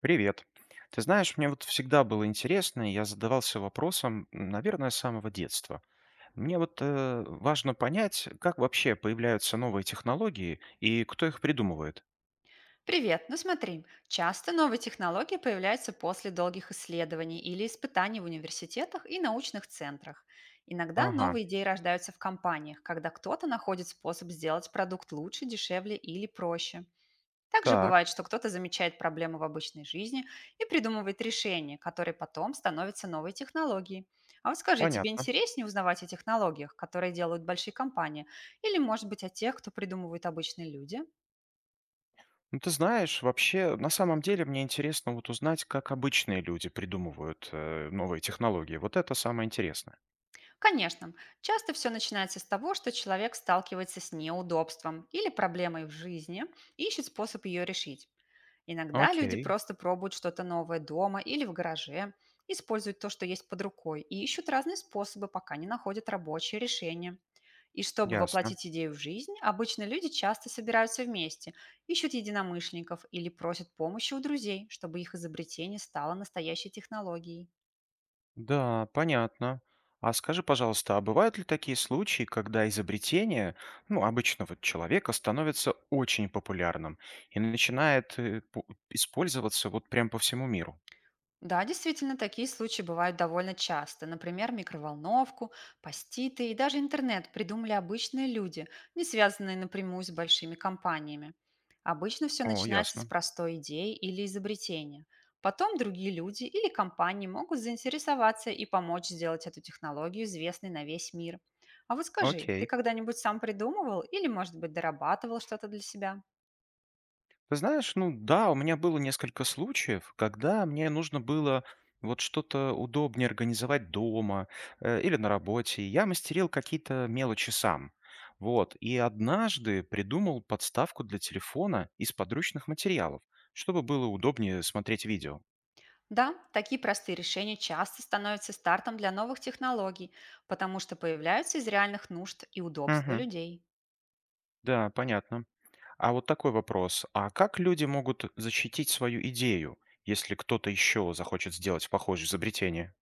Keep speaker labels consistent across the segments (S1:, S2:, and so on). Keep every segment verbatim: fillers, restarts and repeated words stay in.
S1: Привет. Ты знаешь, мне вот всегда было интересно, и я задавался вопросом, м, наверное, с самого детства. Мне вот э, важно понять, как вообще появляются новые технологии и кто их придумывает.
S2: Привет, ну смотри, часто новые технологии появляются после долгих исследований или испытаний в университетах и научных центрах. Иногда
S1: Ага,
S2: новые идеи рождаются в компаниях, когда кто-то находит способ сделать продукт лучше, дешевле или проще. Также
S1: так,
S2: бывает, что кто-то замечает проблему в обычной жизни и придумывает решения, которые потом становятся новой технологией. А вот скажи, тебе
S1: понятно.
S2: интереснее узнавать о технологиях, которые делают большие компании, или, может быть, о тех, кто придумывают обычные люди?
S1: Ну, ты знаешь, вообще, на самом деле мне интересно вот узнать, как обычные люди придумывают э, новые технологии. Вот это самое интересное.
S2: Конечно, часто все начинается с того, что человек сталкивается с неудобством или проблемой в жизни и ищет способ ее решить. Иногда люди
S1: Окей,
S2: просто пробуют что-то новое дома или в гараже, используют то, что есть под рукой, и ищут разные способы, пока не находят рабочее решение. И чтобы
S1: ясно.
S2: воплотить идею в жизнь, обычно люди часто собираются вместе, ищут единомышленников или просят помощи у друзей, чтобы их изобретение стало настоящей технологией.
S1: Да, понятно. А скажи, пожалуйста, а бывают ли такие случаи, когда изобретение, ну, обычно вот человека становится очень популярным и начинает э, пу- использоваться вот прям по всему миру?
S2: Да, действительно, такие случаи бывают довольно часто. Например, микроволновку, паститы и даже интернет придумали обычные люди, не связанные напрямую с большими компаниями. Обычно все
S1: О,
S2: начинается с
S1: ясно.
S2: простой идеи или изобретения. Потом другие люди или компании могут заинтересоваться и помочь сделать эту технологию известной на весь мир. А вот скажи, ты
S1: Окей.
S2: когда-нибудь сам придумывал или, может быть, дорабатывал что-то для себя?
S1: Ты знаешь, ну да, у меня было несколько случаев, когда мне нужно было вот что-то удобнее организовать дома э, или на работе. Я мастерил какие-то мелочи сам. Вот. И однажды придумал подставку для телефона из подручных материалов, чтобы было удобнее смотреть видео.
S2: Да, такие простые решения часто становятся стартом для новых технологий, потому что появляются из реальных нужд и удобства
S1: Угу.
S2: людей.
S1: Да, понятно. А вот такой вопрос. А как люди могут защитить свою идею, если кто-то еще захочет сделать похожее изобретение?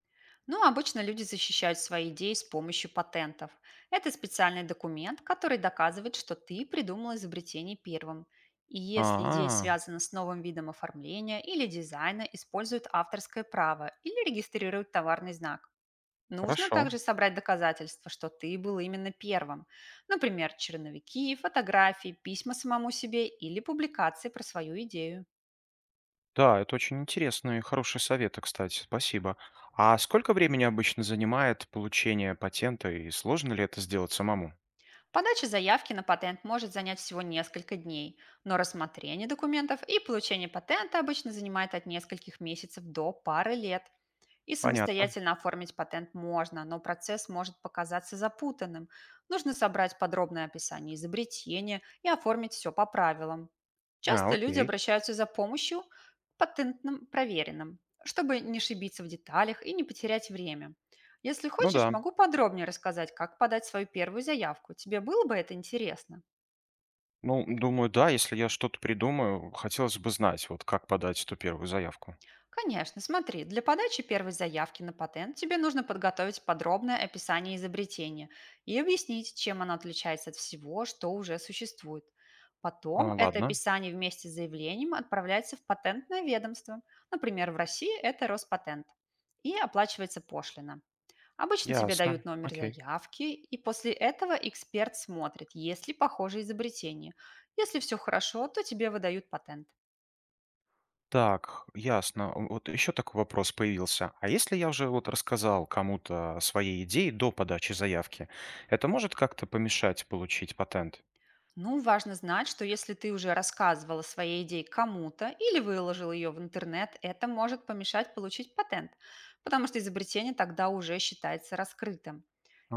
S2: Ну, обычно люди защищают свои идеи с помощью патентов. Это специальный документ, который доказывает, что ты придумал изобретение первым. И если идея
S1: А,
S2: связана с новым видом оформления или дизайна, используют авторское право или регистрируют товарный знак. Нужно
S1: хорошо.
S2: также собрать доказательства, что ты был именно первым. Например, черновики, фотографии, письма самому себе или публикации про свою идею.
S1: Да, это очень интересные и хорошие советы, кстати, спасибо. А сколько времени обычно занимает получение патента и сложно ли это сделать самому?
S2: Подача заявки на патент может занять всего несколько дней, но рассмотрение документов и получение патента обычно занимает от нескольких месяцев до пары лет. И
S1: Понятно.
S2: самостоятельно оформить патент можно, но процесс может показаться запутанным. Нужно собрать подробное описание изобретения и оформить все по правилам.
S1: А,
S2: Часто люди
S1: окей.
S2: обращаются за помощью к патентным проверенным, чтобы не ошибиться в деталях и не потерять время. Если
S1: Ну
S2: хочешь,
S1: да.
S2: могу подробнее рассказать, как подать свою первую заявку. Тебе было бы это интересно?
S1: Ну, думаю, да, если я что-то придумаю, хотелось бы знать, вот как подать эту первую заявку.
S2: Конечно, смотри, для подачи первой заявки на патент тебе нужно подготовить подробное описание изобретения и объяснить, чем оно отличается от всего, что уже существует. Потом
S1: А,
S2: это
S1: ладно,
S2: описание вместе с заявлением отправляется в патентное ведомство. Например, в России это Роспатент. И оплачивается пошлина. Обычно тебе дают
S1: ясно.
S2: номер
S1: Окей.
S2: заявки, и после этого эксперт смотрит, есть ли похожие изобретения. Если все хорошо, то тебе выдают патент.
S1: Так, ясно. Вот еще такой вопрос появился. А если я уже вот рассказал кому-то о своей идее до подачи заявки, это может как-то помешать получить патент?
S2: Ну, важно знать, что если ты уже рассказывала о своей идее кому-то или выложил ее в интернет, это может помешать получить патент, потому что изобретение тогда уже считается раскрытым.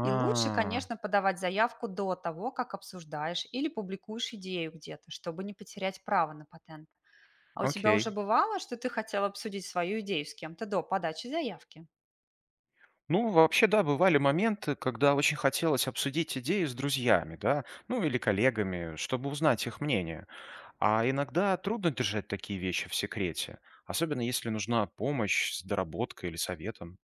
S2: И лучше, конечно, подавать заявку до того, как обсуждаешь или публикуешь идею где-то, чтобы не потерять право на патент. А у тебя уже
S1: окей.
S2: бывало, что ты хотел обсудить свою идею с кем-то до подачи заявки?
S1: Ну, вообще, да, бывали моменты, когда очень хотелось обсудить идеи с друзьями, да, ну или коллегами, чтобы узнать их мнение. А иногда трудно держать такие вещи в секрете, особенно если нужна помощь с доработкой или советом.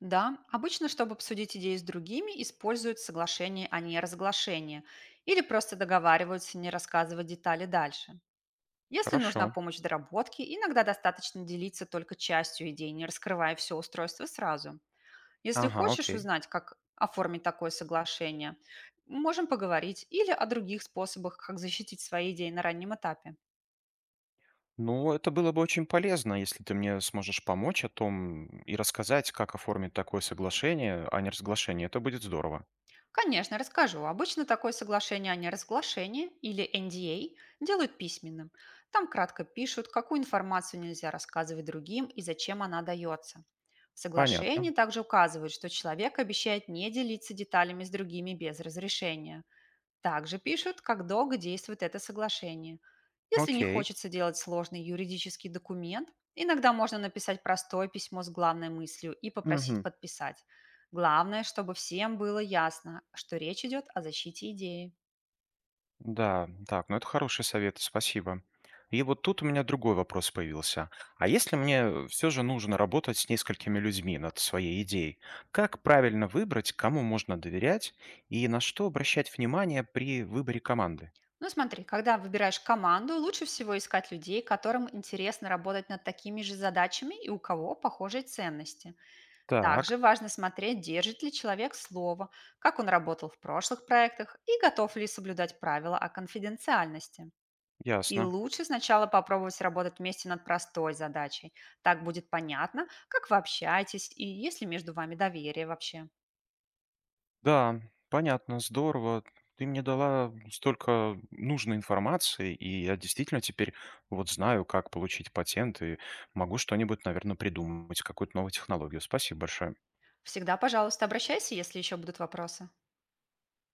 S2: Да, обычно, чтобы обсудить идеи с другими, используют соглашение о неразглашении или просто договариваются не рассказывать детали дальше. Если нужна
S1: Хорошо.
S2: помощь в доработке, иногда достаточно делиться только частью идей, не раскрывая все устройство сразу. Если
S1: Ага,
S2: хочешь
S1: окей.
S2: узнать, как оформить такое соглашение, можем поговорить или о других способах, как защитить свои идеи на раннем этапе.
S1: Ну, это было бы очень полезно, если ты мне сможешь помочь о том и рассказать, как оформить такое соглашение, а не разглашение. Это будет здорово.
S2: Конечно, расскажу. Обычно такое соглашение о неразглашении или N D A делают письменным. Там кратко пишут, какую информацию нельзя рассказывать другим и зачем она дается. В соглашении
S1: Понятно.
S2: также указывают, что человек обещает не делиться деталями с другими без разрешения. Также пишут, как долго действует это соглашение. Если не
S1: Окей.
S2: хочется делать сложный юридический документ, иногда можно написать простое письмо с главной мыслью и попросить
S1: Мгм.
S2: подписать. Главное, чтобы всем было ясно, что речь идет о защите идеи.
S1: Да, так, ну это хорошие советы, спасибо. И вот тут у меня другой вопрос появился. А если мне все же нужно работать с несколькими людьми над своей идеей, как правильно выбрать, кому можно доверять и на что обращать внимание при выборе команды?
S2: Ну смотри, когда выбираешь команду, лучше всего искать людей, которым интересно работать над такими же задачами и у кого похожие ценности. Также
S1: Так,
S2: важно смотреть, держит ли человек слово, как он работал в прошлых проектах и готов ли соблюдать правила о конфиденциальности. И
S1: ясно.
S2: лучше сначала попробовать работать вместе над простой задачей. Так будет понятно, как вы общаетесь и есть ли между вами доверие вообще.
S1: Да, понятно, здорово. Ты мне дала столько нужной информации, и я действительно теперь вот знаю, как получить патент, и могу что-нибудь, наверное, придумать, какую-то новую технологию. Спасибо большое.
S2: Всегда, пожалуйста, обращайся, если еще будут вопросы.